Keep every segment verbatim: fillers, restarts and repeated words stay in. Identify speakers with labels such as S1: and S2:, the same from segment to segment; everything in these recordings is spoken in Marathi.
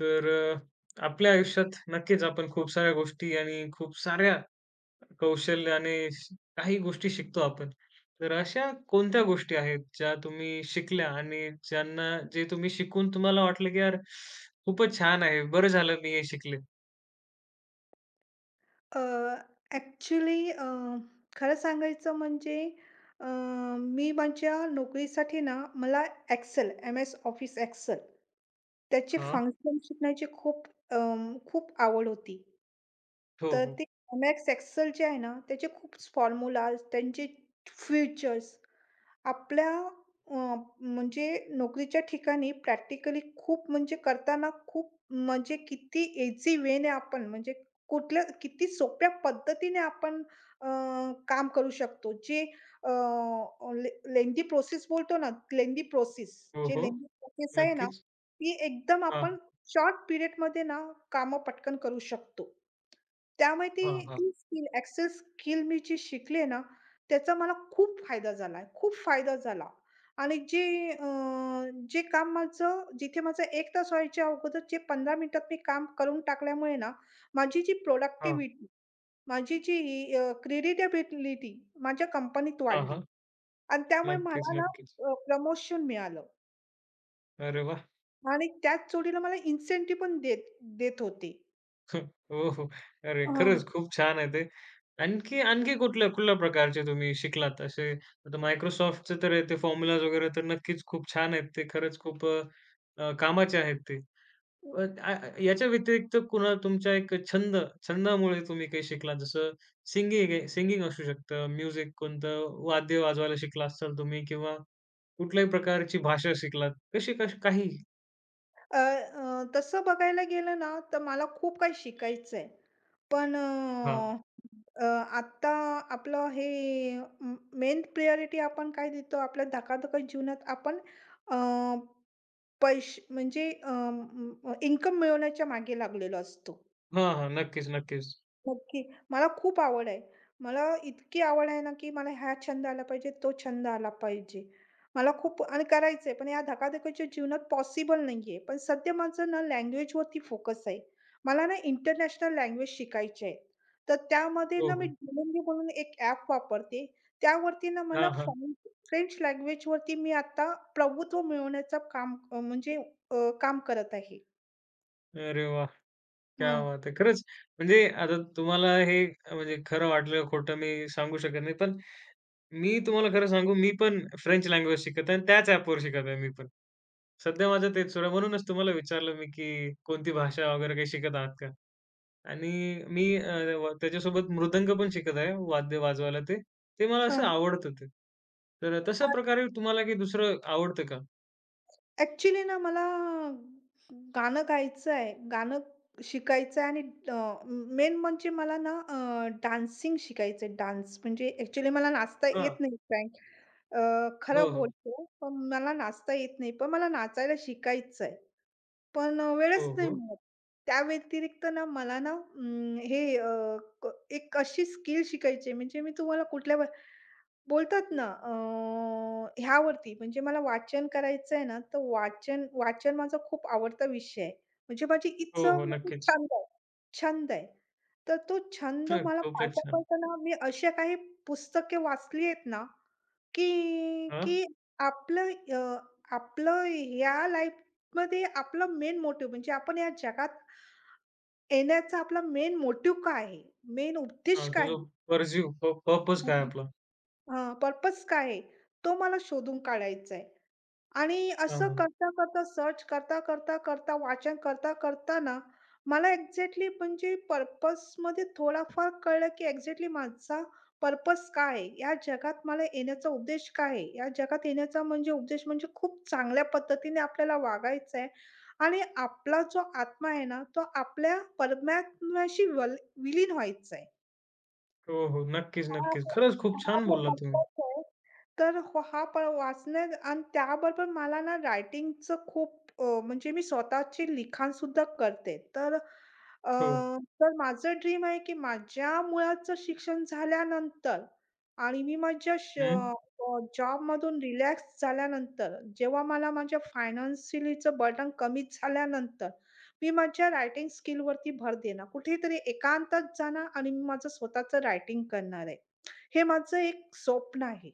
S1: तर अ, आपल्या आयुष्यात नक्कीच आपण खूप साऱ्या गोष्टी आणि खूप साऱ्या कौशल्याने श- काही गोष्टी शिकतो आपण. तर अशा कोणत्या गोष्टी आहेत ज्या तुम्ही शिकल्या आणि ज्यांना जे तुम्ही शिकून तुम्हाला वाटलं की यार खूपच छान आहे, बरं झालं मी हे शिकले?
S2: अ, ॲक्चुअली, अ, खरं सांगायचं म्हणजे, अ, मी माझ्या नोकरीसाठी ना मला Excel M S office Excel त्याचे
S1: हां.
S2: फंक्शन शिकण्याची खूप अम, खूप आवड होती.
S1: हो,
S2: तर
S1: हो.
S2: ते एम एस एक्सेल जे आहे ना त्याचे खूप फॉर्म्युलाज त्यांचे फीचर्स आपल्या अ, म्हणजे नोकरीच्या ठिकाणी प्रॅक्टिकली खूप म्हणजे करताना खूप म्हणजे किती इझी वेने आपण म्हणजे कुठल्या किती सोप्या पद्धतीने आपण अ, काम करू शकतो. जे अ, ले लेंदी प्रोसेस बोलतो ना, लेंदी प्रोसेस,
S1: हो,
S2: जे
S1: हो.
S2: लेंदी प्रोसेस आहे ना,
S1: नक्कीच.
S2: ती एकदम
S1: हां,
S2: आपण शॉर्ट पिरियडमध्ये ना कामं पटकन करू शकतो. त्यामुळे ती
S1: हां, हां.
S2: ती स्किल, एक्सेल स्किल मी जी शिकली ना, त्याचा मला खूप फायदा झाला आहे. खूप फायदा झाला आणि जे अ, जे काम माझं, जिथे माझं एक तास व्हायच्या अगोदर जे पंधरा मिनिटात मी काम करून टाकल्यामुळे ना, माझी जी
S1: हां,
S2: प्रॉडक्टिव्हिटी, माझी जी अ, माझ्या कंपनीत
S1: हां,
S2: वाढली
S1: हां.
S2: आणि त्यामुळे
S1: नक्कीच,
S2: मला ना
S1: नक्कीच.
S2: अ, प्रमोशन मिळालं
S1: अरे वाह!
S2: आणि त्याच जोडीला मला इन्सेंटिव्ह पण देत देत होते.
S1: हो, हो. अरे
S2: हां.
S1: खरंच खूप छान आहे ते. आणखी आणखी कुठल्या कुठल्या प्रकारचे तुम्ही शिकलात असे? आता Microsoftचे तर आहे ते फॉर्म्युलाज वगैरे तर नक्कीच खूप छान आहेत. ते खरंच खूप अ, अ, कामाचे आहेत ते. अ, आ आ याच्या व्यतिरिक्त कुणा तुमचा एक छंद छंदामुळे तुम्ही काही शिकलात? जसं सिंगिंग सिंगिंग असू शकतं, म्युझिक कोणतं वाद्य वाजवायला शिकला असाल तुम्ही किंवा कुठल्याही प्रकारची भाषा शिकलात. कशी कशी काही?
S2: अ, अ, तसं बघायला गेलं ना, तर मला खूप काही शिकायचं आहे. पण
S1: हां.
S2: अ, अ, आत्ता आपलं हे म मेन प्रायोरिटी आपण काय देतो? आपल्या धकाधकीच्या जीवनात आपण अ, पैसे म्हणजे अ, इन्कम मिळवण्याच्या मागे लागलेलो असतो.
S1: हां, हां. नक्कीच, नक्कीच.
S2: नक्की. मला खूप आवड आहे. मला इतकी आवड आहे ना, की मला हा छंद आला पाहिजे, तो छंद आला पाहिजे. मला खूप आणि करायचंय, पण या धकाधकीच्या जीवनात पॉसिबल नाहीये. पण सध्या माझं ना लँग्वेजवरती फोकस आहे. मला ना इंटरनॅशनल लँग्वेज शिकायची आहे. तर त्यामध्ये
S1: हो,
S2: ना मी
S1: हो.
S2: Duolingo म्हणून एक ॲप वापरते. त्यावरती ना मला
S1: हां, हां.
S2: फ्रेंच फ्रेंच लँग्वेजवरती मी आता प्रभुत्व मिळवण्याचं काम अ, म्हणजे अ, काम करत आहे.
S1: अरे वाह! क्या
S2: हां,
S1: बात है! खरंच म्हणजे आता तुम्हाला हे अ, म्हणजे खरं वाटलं, का खोटं मी सांगू शकत नाही. पण मी तुम्हाला खरं सांगू, मी पण फ्रेंच लँग्वेज शिकत आहे आणि त्याच ॲपवर शिकत आहे मी पण. सध्या माझं तेच सुरू आहे. म्हणूनच तुम्हाला विचारलं मी, की कोणती भाषा वगैरे काही शिकत आहात का? आणि मी अ, व त्याच्यासोबत मृदंग पण शिकत आहे, वाद्य वाजवायला ते. ते मला असं
S2: हां.
S1: आवडतं ते. तर तशा प्रकारे तुम्हाला काही दुसरं आवडतं का?
S2: ॲक्चुअली ना मला गाणं गायचं आहे. गाणं शिकायचं आहे आणि अ, मेन म्हणजे मला ना अ, डान्सिंग शिकायचं आहे. डान्स म्हणजे ॲक्चुअली मला नाचता
S1: हां.
S2: येत नाही, फ्रँक अ,
S1: हो,
S2: खरं
S1: हो.
S2: बोलते, पण मला नाचता येत नाही. पण मला नाचायला शिकायचं आहे. पण अ,
S1: हो,
S2: वेळच नाही
S1: हो.
S2: मिळत. त्या व्यतिरिक्त ना मला ना अं, हे अ, क एक अशी स्किल शिकायची आहे, म्हणजे मी तुम्हाला कुठल्या बोलतात ना, अ, ह्यावरती म्हणजे मला वाचन करायचंय ना, तर वाचन वाचन माझा खूप आवडता विषय आहे. म्हणजे माझी
S1: हो,
S2: इच्छा
S1: हो.
S2: म्हणजे
S1: नक्कीच.
S2: छंद आहे. छंद आहे. तर तो छंद मला
S1: खूपच
S2: पाळता
S1: छान.
S2: पाळताना मी अशा काही पुस्तके वाचली आहेत ना, की
S1: हां.
S2: की आपलं अ, आपलं या लाईफमध्ये आपलं मेन मोटिव्ह म्हणजे आपण या जगात येण्याचा आपला मेन मोटिव्ह काय आहे? मेन
S1: हां,
S2: उद्देश काय
S1: तुझं परजीव प पर्पज काय
S2: आहे?
S1: आपला?
S2: हां, पर्पज काय आहे? तो मला शोधून काढायचा आहे. आणि
S1: हां,
S2: असं
S1: हां.
S2: करता-करता, सर्च करता-करता-करता, वाचन करता-करता ना, मला एक्झॅक्टली म्हणजे पर्पजमध्ये थोडाफार कळलं, की एक्झॅक्टली माझा पर्पज काय आहे? या जगात मला येण्याचा उद्देश काय आहे? या जगात येण्याचा म्हणजे उद्देश म्हणजे खूप चांगल्या पद्धतीने आपल्याला वागायचं आहे आणि आपला जो आत्मा आहे ना, तो आपल्या परमात्म्याशी वल विलीन व्हायचा आहे.
S1: हो, हो. नक्कीच,
S2: हा
S1: नक्कीच.
S2: आपला
S1: खरंच खूप
S2: हा
S1: छान
S2: आपला
S1: बोललात तुम्ही.
S2: पर्पज आहे. तर हो, हा प वाचण्यात आणि त्याबरोबर मला ना रायटिंगचं खूप अ, म्हणजे मी स्वतःचे लिखाणसुद्धा करते. तर अ,
S1: हो.
S2: तर माझं ड्रीम आहे, की माझ्या मुलाचं शिक्षण झाल्यानंतर आणि मी माझ्या श
S1: हं.
S2: अ, रिलॅक्स झाल्यानंतर, जेव्हा मला माझ्या फायनान्शियलीचं बर्डन कमी झाल्यानंतर, मी माझ्या रायटिंग स्किलवरती भर देणार. कुठेतरी एकांतात जाणार आणि मी माझं स्वतःचं रायटिंग करणार आहे. हे माझं एक स्वप्न आहे.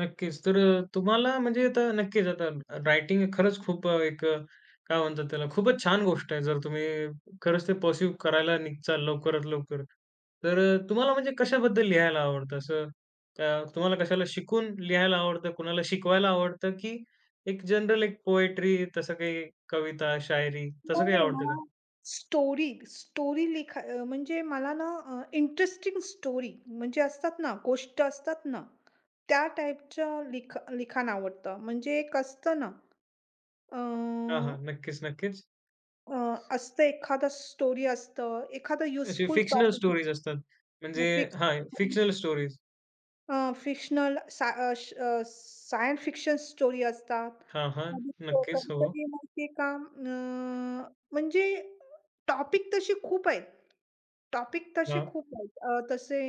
S1: नक्कीच. तर अ, तुम्हाला म्हणजे आता नक्कीच आता रायटिंग खरंच खूप अ, एक अ, काय म्हणतात त्याला खूपच छान गोष्ट आहे. जर तुम्ही खरंच ते पर्स्यू करायला निघचाल लवकरात लवकर. तर अ, तुम्हाला म्हणजे कशाबद्दल लिहायला आवडतं? असं अ, तुम्हाला कशाला शिकून लिहायला आवडतं? कुणाला शिकवायला आवडतं? की एक जनरल एक पोएट्री तसं काही कविता, शायरी
S2: नाही,
S1: तसं काही
S2: नाही. मला
S1: आवडतं
S2: स्टोरी, स्टोरी लिखा अ, म्हणजे मला ना अ, इंटरेस्टिंग स्टोरी म्हणजे असतात ना, गोष्ट असतात ना, त्या टाइपचं लिख लिखाण आवडतं. म्हणजे एक असतं ना
S1: हां,
S2: अ,
S1: हां. नक्कीच, नक्कीच.
S2: अ, असतं, एखादं स्टोरी असतं, एखादं
S1: असे
S2: युजफुल
S1: फिक्शनल
S2: टॉपिक,
S1: स्टोरीज असतात. म्हणजे
S2: फिक्स
S1: हां, fictional stories.
S2: Fictional science fiction story असतात.
S1: हां, हां.
S2: कधी हो,
S1: नक्कीच. हो.
S2: कधी-कधी माहिती आहे का अ, म्हणजे टॉपिक तसे खूप आहेत. टॉपिक तसे
S1: हां.
S2: खूप आहेत. अ, तसे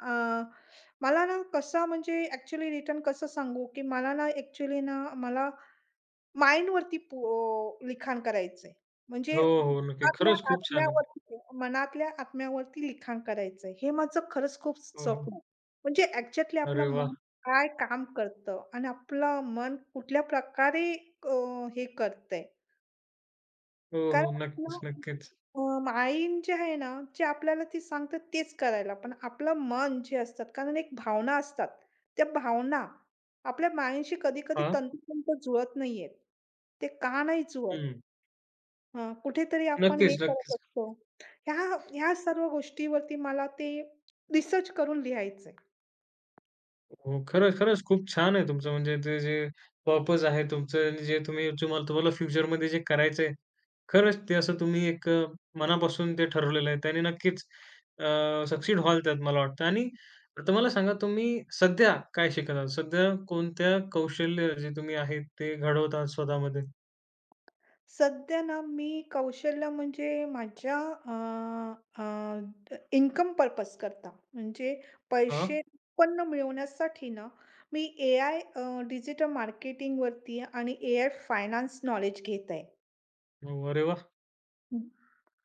S2: अ, मला ना कसा म्हणजे ॲक्चुअली रिटर्न कसं सांगू, की मला ना ॲक्चुअली ना मला माइंडवरती पो लिखाण करायचंय. म्हणजे
S1: हो, हो. नक्की.
S2: आपल्या
S1: खरंच खूप छान आहे.
S2: आत्म्यावरती, मनातल्या आत्म्यावरती लिखाण करायचंय. हे माझं खरंच खूप
S1: हो, हो.
S2: स्वप्न आहे. म्हणजे एक्झॅक्टली आपलं
S1: अरे वाह!
S2: मन काय काम करतं आणि आपलं मन कुठल्या प्रकारे अ, हे करतंय.
S1: हो,
S2: कारण
S1: हो.
S2: आपलं
S1: नक्कीच, नक्कीच.
S2: अ, माइंड जे आहे ना, जे आपल्याला ते सांगतात तेच करायला. पण आपलं मन जे असतात, कारण एक भावना असतात. त्या भावना आपल्या माइंडशी कधी-कधी
S1: हां.
S2: तंतोतंत जुळत नाहीयेत. ते का नाही जुळत?
S1: हं.
S2: हां, कुठेतरी आपण हे
S1: नक्कीच,
S2: करत
S1: नक्कीच.
S2: असतो. ह्या ह्या सर्व गोष्टीवरती मला ते रिसर्च करून लिहायचंय.
S1: हो. खरंच, खरंच खूप छान आहे तुमचं म्हणजे ते जे पर्पज आहे तुमचं आणि जे तुम्ही तुम्हाला तुम्हाला फ्युचरमध्ये जे करायचंय खरंच ते असं तुम्ही एक अ, मनापासून ते ठरवलेलं आहे. त्याने नक्कीच अ, सक्सीड व्हाल त्यात मला वाटतं. आणि आता मला सांगा तुम्ही सध्या काय शिकत आहात? सध्या कोणत्या कौशल्य जे तुम्ही आहेत ते घडवत आहात स्वतःमध्ये?
S2: सध्या ना मी कौशल्य म्हणजे माझ्या अ, अ, इन्कम पर्पज करता, म्हणजे
S1: हां.
S2: पैसे उत्पन्न मिळवण्यासाठी ना, मी ए आय डिजिटल मार्केटिंगवरती आणि ए आय फायनान्स नॉलेज घेत आहे.
S1: अरे वाह!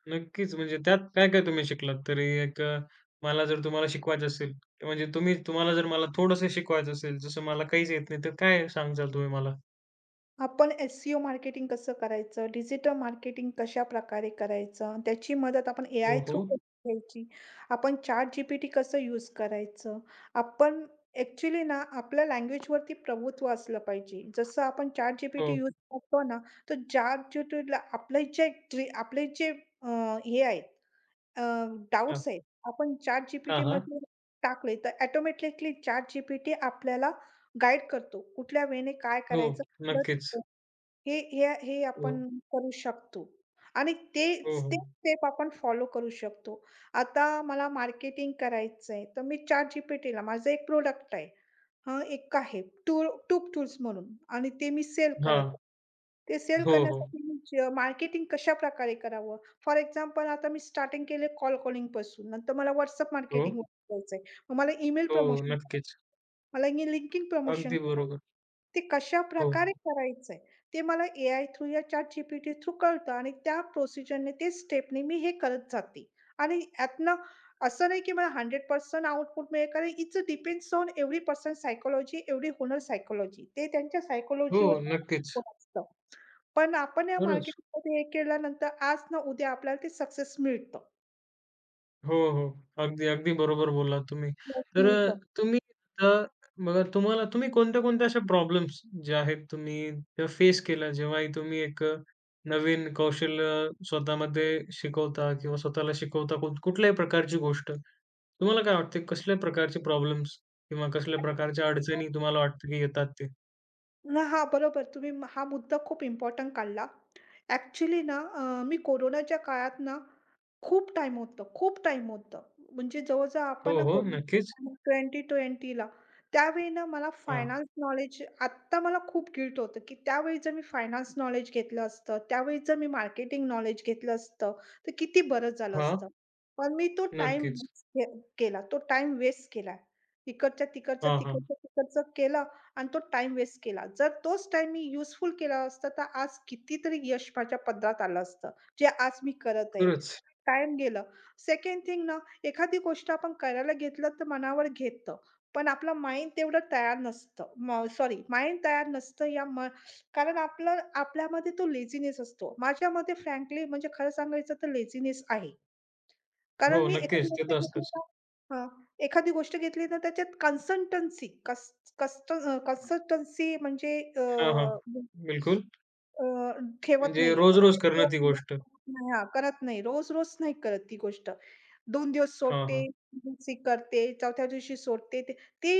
S1: नक्कीच. म्हणजे त्यात काय-काय तुम्ही शिकलात? तरी एक अ, मला जर तुम्हाला शिकवायचं असेल, म्हणजे तुम्ही तुम्हाला जर मला थोडंसं शिकवायचं असेल, जसं मला काहीच येत नाही, तर काय सांगाल तुम्ही मला?
S2: आपण एस सी ओ मार्केटिंग कसं करायचं? डिजिटल मार्केटिंग कशाप्रकारे करायचं? त्याची मदत आपण
S1: हो,
S2: एआय
S1: हो.
S2: थ्रू कशी घ्यायची? आपण ChatGPT कसं यूज करायचं? आपण ॲक्चुअली ना, आपल्या लँग्वेजवरती प्रभुत्व असलं पाहिजे. जसं आपण
S1: हो.
S2: ChatGPT यूज करतो ना, तर ChatGPTला आपले जे ट्री आपले जे अ, हे आहेत अ,
S1: हां.
S2: आहेत, आपण
S1: हां, हां.
S2: ChatGPTमध्ये टाकले, तर ऑटोमॅटिकली ChatGPT आपल्याला गाईड करतो. कुठल्या वेने काय
S1: हो.
S2: करायचं?
S1: नक्कीच.
S2: हे हे हे आपण
S1: हो.
S2: करू शकतो आणि
S1: हो,
S2: तेच ते
S1: हो.
S2: स्टेप आपण फॉलो करू शकतो. आता मला मार्केटिंग करायचं आहे, तर मी ChatGPTला माझं एक प्रोडक्ट आहे. हं, एक आहे टूल टूब टूल्स म्हणून आणि ते मी सेल करत
S1: हां.
S2: आहे. ते सेल
S1: हो, हो.
S2: करण्यासाठी मी ज मार्केटिंग कशाप्रकारे करावं? फॉर एक्झाम्पल आता मी स्टार्टिंग केले कॉल कॉलिंगपासून, नंतर मला WhatsApp
S1: हो,
S2: मार्केटिंग करायचं आहे. मला ईमेल
S1: हो.
S2: प्रमोशन,
S1: नक्कीच.
S2: मला LinkedIn प्रमोशन
S1: अगदी बरोबर.
S2: ते
S1: हो.
S2: कशाप्रकारे करायचंय, ते मला एआय थ्रू, या ChatGPT थ्रू कळतं आणि त्या प्रोसिजरने ते स्टेपनी मी हे करत जाते. आणि यातनं असं नाही की मला शंभर टक्के आउटपुट मिळेल, कारण it's a depends on every person psychology, every owner psychology. ते त्यांच्या
S1: हो,
S2: सायकॉलॉजीवर
S1: नक्कीच.
S2: असतं. पण आपण या
S1: खरंच.
S2: मार्केटिंगमध्ये हे केल्यानंतर आज ना उद्या आपल्याला ते सक्सेस मिळतं.
S1: हो, हो. अगदी, अगदी बरोबर बोललात तुम्ही.
S2: यश
S1: तर अ,
S2: मिळतं.
S1: तुम्ही आता बघा तुम्हाला तुम्ही कोणत्या-कोणत्या अशा प्रॉब्लेम्स जे आहेत तुम्ही त्या फेस केल्या जेव्हाही तुम्ही एक अ, नवीन कौशल्य स्वतःमध्ये शिकवता किंवा स्वतःला शिकवता कुठ कुठल्याही प्रकारची गोष्ट. तुम्हाला काय वाटते कसल्या प्रकारचे प्रॉब्लेम्स किंवा कसल्या प्रकारच्या अडचणी तुम्हाला वाटतं की येतात ते?
S2: हां, बरोबर. तुम्ही म- हा मुद्दा खूप इम्पोर्टंट काढला. ॲक्चुअली ना, अ, मी कोरोनाच्या काळात ना खूप टाइम होतं, खूप टाईम होतं. म्हणजे जवळ-जवळ
S1: हो,
S2: आपण ना
S1: हो.
S2: कोविड
S1: नक्कीच.
S2: वीस वीसला, त्यावेळी ना मला
S1: हां.
S2: फायनान्स नॉलेज, आत्ता मला खूप गिल्ट होतं, की त्यावेळी जर मी फायनान्स नॉलेज घेतलं असतं, त्यावेळी जर मी मार्केटिंग नॉलेज घेतलं असतं, तर किती बरं झालं
S1: हां.
S2: असतं. पण मी तो टाईम
S1: नक्कीच.
S2: केला. तो टाईम वेस्ट केला. इकडच्या, तिकडच्या,
S1: हां, हां.
S2: तिकडच्या, तिकडचं केलं आणि तो टाईम वेस्ट केला. जर तोच टाईम मी युजफुल केला असता, तर आज कितीतरी यश माझ्या पदरात आलं असतं. जे आज मी करत आहे.
S1: खरंच.
S2: टाईम गेलं. सेकंड थिंग ना, एखादी गोष्ट आपण करायला घेतलं तर मनावर घेतं. पण आपलं माइंड तेवढं तयार नसतं. सॉरी, माइंड तयार नसतं, या म कारण आपलं आपल्यामध्ये तो लेझीनेस असतो. माझ्यामध्ये फ्रँकली म्हणजे खरं सांगायचं तर लेझीनेस आहे.
S1: हो,
S2: कारण मी एखादी
S1: नक्कीच. ते
S2: गोष्ट
S1: तर
S2: घेतली
S1: असतंच.
S2: ना, हां, एखादी गोष्ट घेतली ना, त्याच्यात कन्सल्टन्सी कस कस्ट अ, म्हणजे अ
S1: हां, हां. बिलकुल.
S2: अ, ठेवत
S1: म्हणजे
S2: नाहीये.
S1: रोज-रोज करणं ती गोष्ट.
S2: हां, करत नाही. रोज-रोज नाही करत ती गोष्ट. दोन दिवस
S1: हां,
S2: सोडते,
S1: हां.
S2: तीन दिवशी करते, चौथ्या दिवशी सोडते. ते ते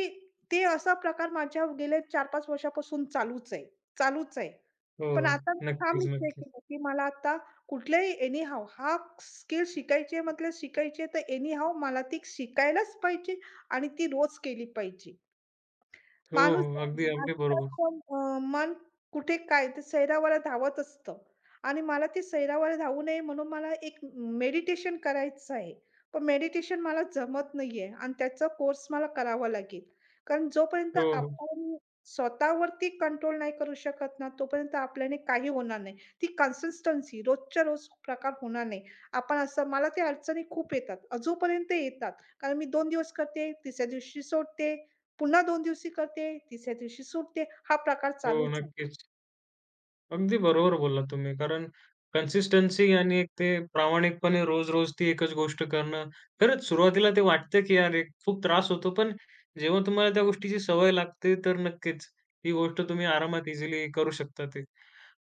S2: ते असा प्रकार माझ्या गेल्या चार पाच वर्षापासून चालूच आहे, चालूच आहे.
S1: हो,
S2: पण
S1: हो.
S2: आता मी हा
S1: नक्कीच,
S2: निश्चय
S1: नक्कीच.
S2: केला, की मला आता कुठल्याही एनी हाऊ हा स्किल शिकायची आहे म्हटलं शिकायची आहे, तर एनी हाऊ मला ती शिकायलाच पाहिजे आणि ती रोज केली पाहिजे.
S1: हो,
S2: माणूस
S1: हो. अगदी, अगदी
S2: असतात,
S1: बरोबर.
S2: पण अ, मन कुठे काय ते सैरावाला धावत असतं आणि मला ते सैरावाला धावू नये म्हणून मला एक मेडिटेशन करायचं आहे. पण मेडिटेशन मला जमत नाहीये आणि त्याचा कोर्स मला करावा लागेल. कारण जोपर्यंत
S1: हो, हो.
S2: आपण स्वतःवरती कंट्रोल नाही करू शकत ना, तोपर्यंत आपल्याने काही होणार नाही. ती कन्सिस्टन्सी रोजच्या रोज प्रकार होणार नाही. आपण असं मला त्या अडचणी खूप येतात. अजूनपर्यंत येतात. कारण मी दोन दिवस करते, तिसऱ्या दिवशी सोडते. पुन्हा दोन दिवशी करते, तिसऱ्या दिवशी सुटते. हा प्रकार
S1: हो,
S2: चालूच आहे.
S1: नक्कीच. अगदी बरोबर बोललात तुम्ही. कारण कन्सिस्टन्सी आणि एक ते प्रामाणिकपणे रोज-रोज ती एकच गोष्ट करणं. खरंच सुरुवातीला ते वाटतं, की अरे खूप त्रास होतो. पण जेव्हा तुम्हाला त्या गोष्टीची सवय लागते, तर नक्कीच ही गोष्ट तुम्ही आरामात इझिली करू शकता ते.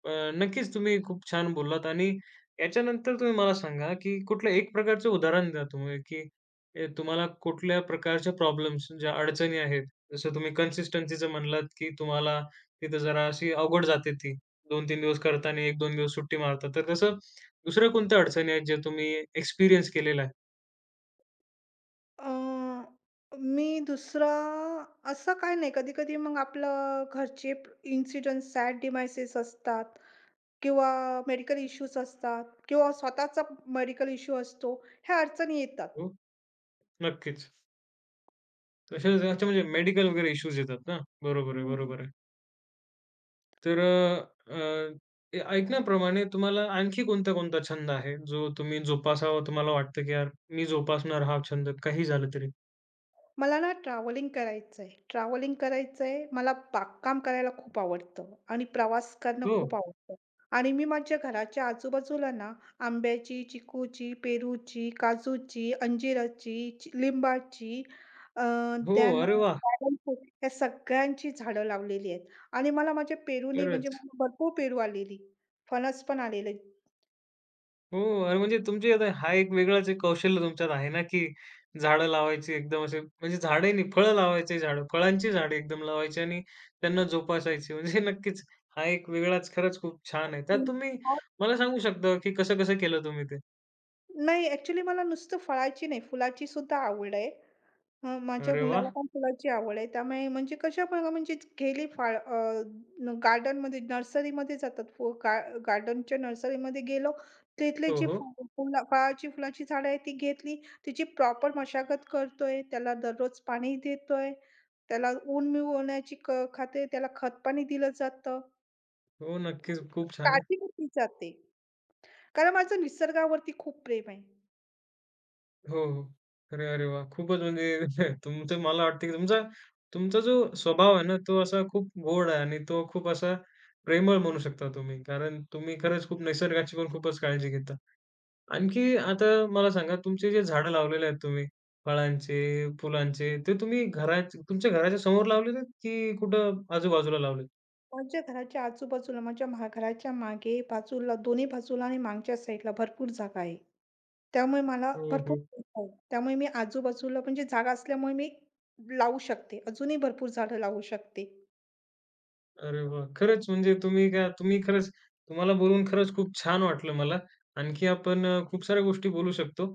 S1: अ, नक्कीच तुम्ही खूप छान बोललात आणि याच्यानंतर तुम्ही मला सांगा, की कुठलं एक प्रकारचं उदाहरण द्या तुम्ही, की अ, तुम्हाला कुठल्या प्रकारच्या प्रॉब्लेम्स ज्या अडचणी आहेत, जसं तुम्ही कन्सिस्टन्सीचं म्हणलात, की तुम्हाला तिथं जरा अशी अवघड जाते ती. दोन तीन दिवस करता आणि एक दिवस सुट्टी मारता. तर तसं दुसऱ्या कोणत्या अडचणी आहेत ज्या तुम्ही एक्सपिरियन्स केलेला आहे?
S2: अ, मी दुसरा असं काय नाही. कधी-कधी मग आपलं घरचे इन्सिडेंट, सॅड डिव्हाइसेस असतात किंवा मेडिकल इश्यूज असतात किंवा स्वतःचा मेडिकल इश्यू असतो. ह्या अडचणी येतात.
S1: हो, नक्कीच. तशा अच्छा म्हणजे मेडिकल वगैरे इश्यूज येतात ना? बरोबर आहे,
S2: हं.
S1: बरोबर आहे. तर अ, अ, ए ऐकण्याप्रमाणे तुम्हाला आणखी कोणता-कोणता छंद आहे, जो तुम्ही जोपासावा तुम्हाला वाटतं, की यार मी जोपासणार हा छंद काही झालं तरी?
S2: मला ना ट्रॅव्हलिंग करायचंय. ट्रॅव्हलिंग करायचंय. मला बागकाम करायला खूप आवडतं आणि प्रवास करणं
S1: हो.
S2: खूप आवडतं. आणि मी माझ्या घराच्या आजूबाजूला ना आंब्याची, चिकूची, पेरूची, काजूची, अंजिराची, चि लिंबाची, अ,
S1: हो,
S2: देन
S1: अरे वाह!
S2: ड्रॅगन फ्रूट या सगळ्यांची झाडं लावलेली आहेत. आणि मला माझ्या पेरूने म्हणजे
S1: खरंच.
S2: मला भरपूर पेरू आलेली, फणस पण आलेले.
S1: हो आणि म्हणजे तुमची आता हा एक वेगळाच एक कौशल्य तुमच्यात आहे ना, की झाडं लावायची एकदम असे म्हणजे झाडे नाही, फळं लावायचे झाडं, फळांची झाडे एकदम लावायची आणि त्यांना जोपासायची. म्हणजे नक्कीच हा एक वेगळाच खरंच खूप छान आहे. त्यात तुम्ही मला सांगू शकता, की कसं-कसं केलं तुम्ही ते?
S2: नाही, ॲक्चुअली मला नुसतं फळाची नाही, फुलाची सुद्धा आवड आहे. हां, माझ्या
S1: अरे
S2: मुलाला
S1: वाह!
S2: पण फुलाची आवड आहे. त्यामुळे म्हणजे कशा पण म्हणजे गेली फाळ अ, न गार्डनमध्ये, नर्सरीमध्ये जातात. फु गा गार्डनच्या नर्सरीमध्ये गेलो, तिथली
S1: हो,
S2: जी
S1: हो.
S2: फु फुला फळाची फुलाची झाडं आहेत ती घेतली. तिची प्रॉपर मशागत करतोय, त्याला दररोज पाणी देतोय, त्याला ऊन मिळवण्याची क खाते, त्याला खतपाणी दिलं जातं.
S1: हो, नक्कीच. खूप छान आहे.
S2: काळजी घेतली जाते. कारण माझं निसर्गावरती खूप प्रेम आहे.
S1: हो, हो. अरे, अरे वाह! खूपच म्हणजे तुमचं मला वाटतं की तुमचा तुमचा जो स्वभाव आहे ना, तो असा खूप गोड आहे आणि तो खूप असा प्रेमळ म्हणू शकता तुम्ही. कारण तुम्ही खरंच खूप निसर्गाची पण खूपच काळजी घेता. आणखी आता मला सांगा तुमचे जे झाडं लावलेले आहेत तुम्ही फळांचे, फुलांचे, ते तुम्ही घरात तुमच्या घराच्या समोर लावलेले आहेत की कुठं आजूबाजूला लावलेत?
S2: माझ्या घराच्या आजूबाजूला, माझ्या मा घराच्या मागे बाजूला, दोन्ही बाजूला आणि मागच्या साईडला भरपूर जागा आहे. त्यामुळे मला भरपूर
S1: हं,
S2: जागा आहे. त्यामुळे मी आजूबाजूला म्हणजे जागा असल्यामुळे मी लावू शकते. अजूनही भरपूर झाडं लावू शकते.
S1: अरे वाह! खरंच म्हणजे तुम्ही काय तुम्ही खरंच तुम्हाला बोलून खरंच खूप छान वाटलं मला. आणखी आपण अ, खूप साऱ्या गोष्टी बोलू शकतो.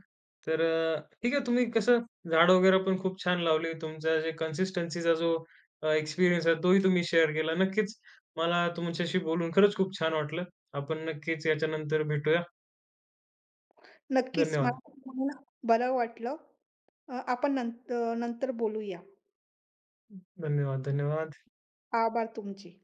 S1: तर अ, ठीक आहे तुम्ही कसं झाडं वगैरे पण खूप छान लावली. तुमचा जे कन्सिस्टन्सीचा जो अ, एक्सपिरियन्स आहे तोही तुम्ही शेअर केला. नक्कीच मला तुमच्याशी बोलून खरंच खूप छान वाटलं. आपण नक्कीच याच्यानंतर भेटूया.
S2: नक्कीच मला
S1: धन्यवाद.
S2: तुम्हाला बरं वाटलं. अ, आपण नंत नंतर बोलूया.
S1: धन्यवाद, धन्यवाद.
S2: आभार तुमचे.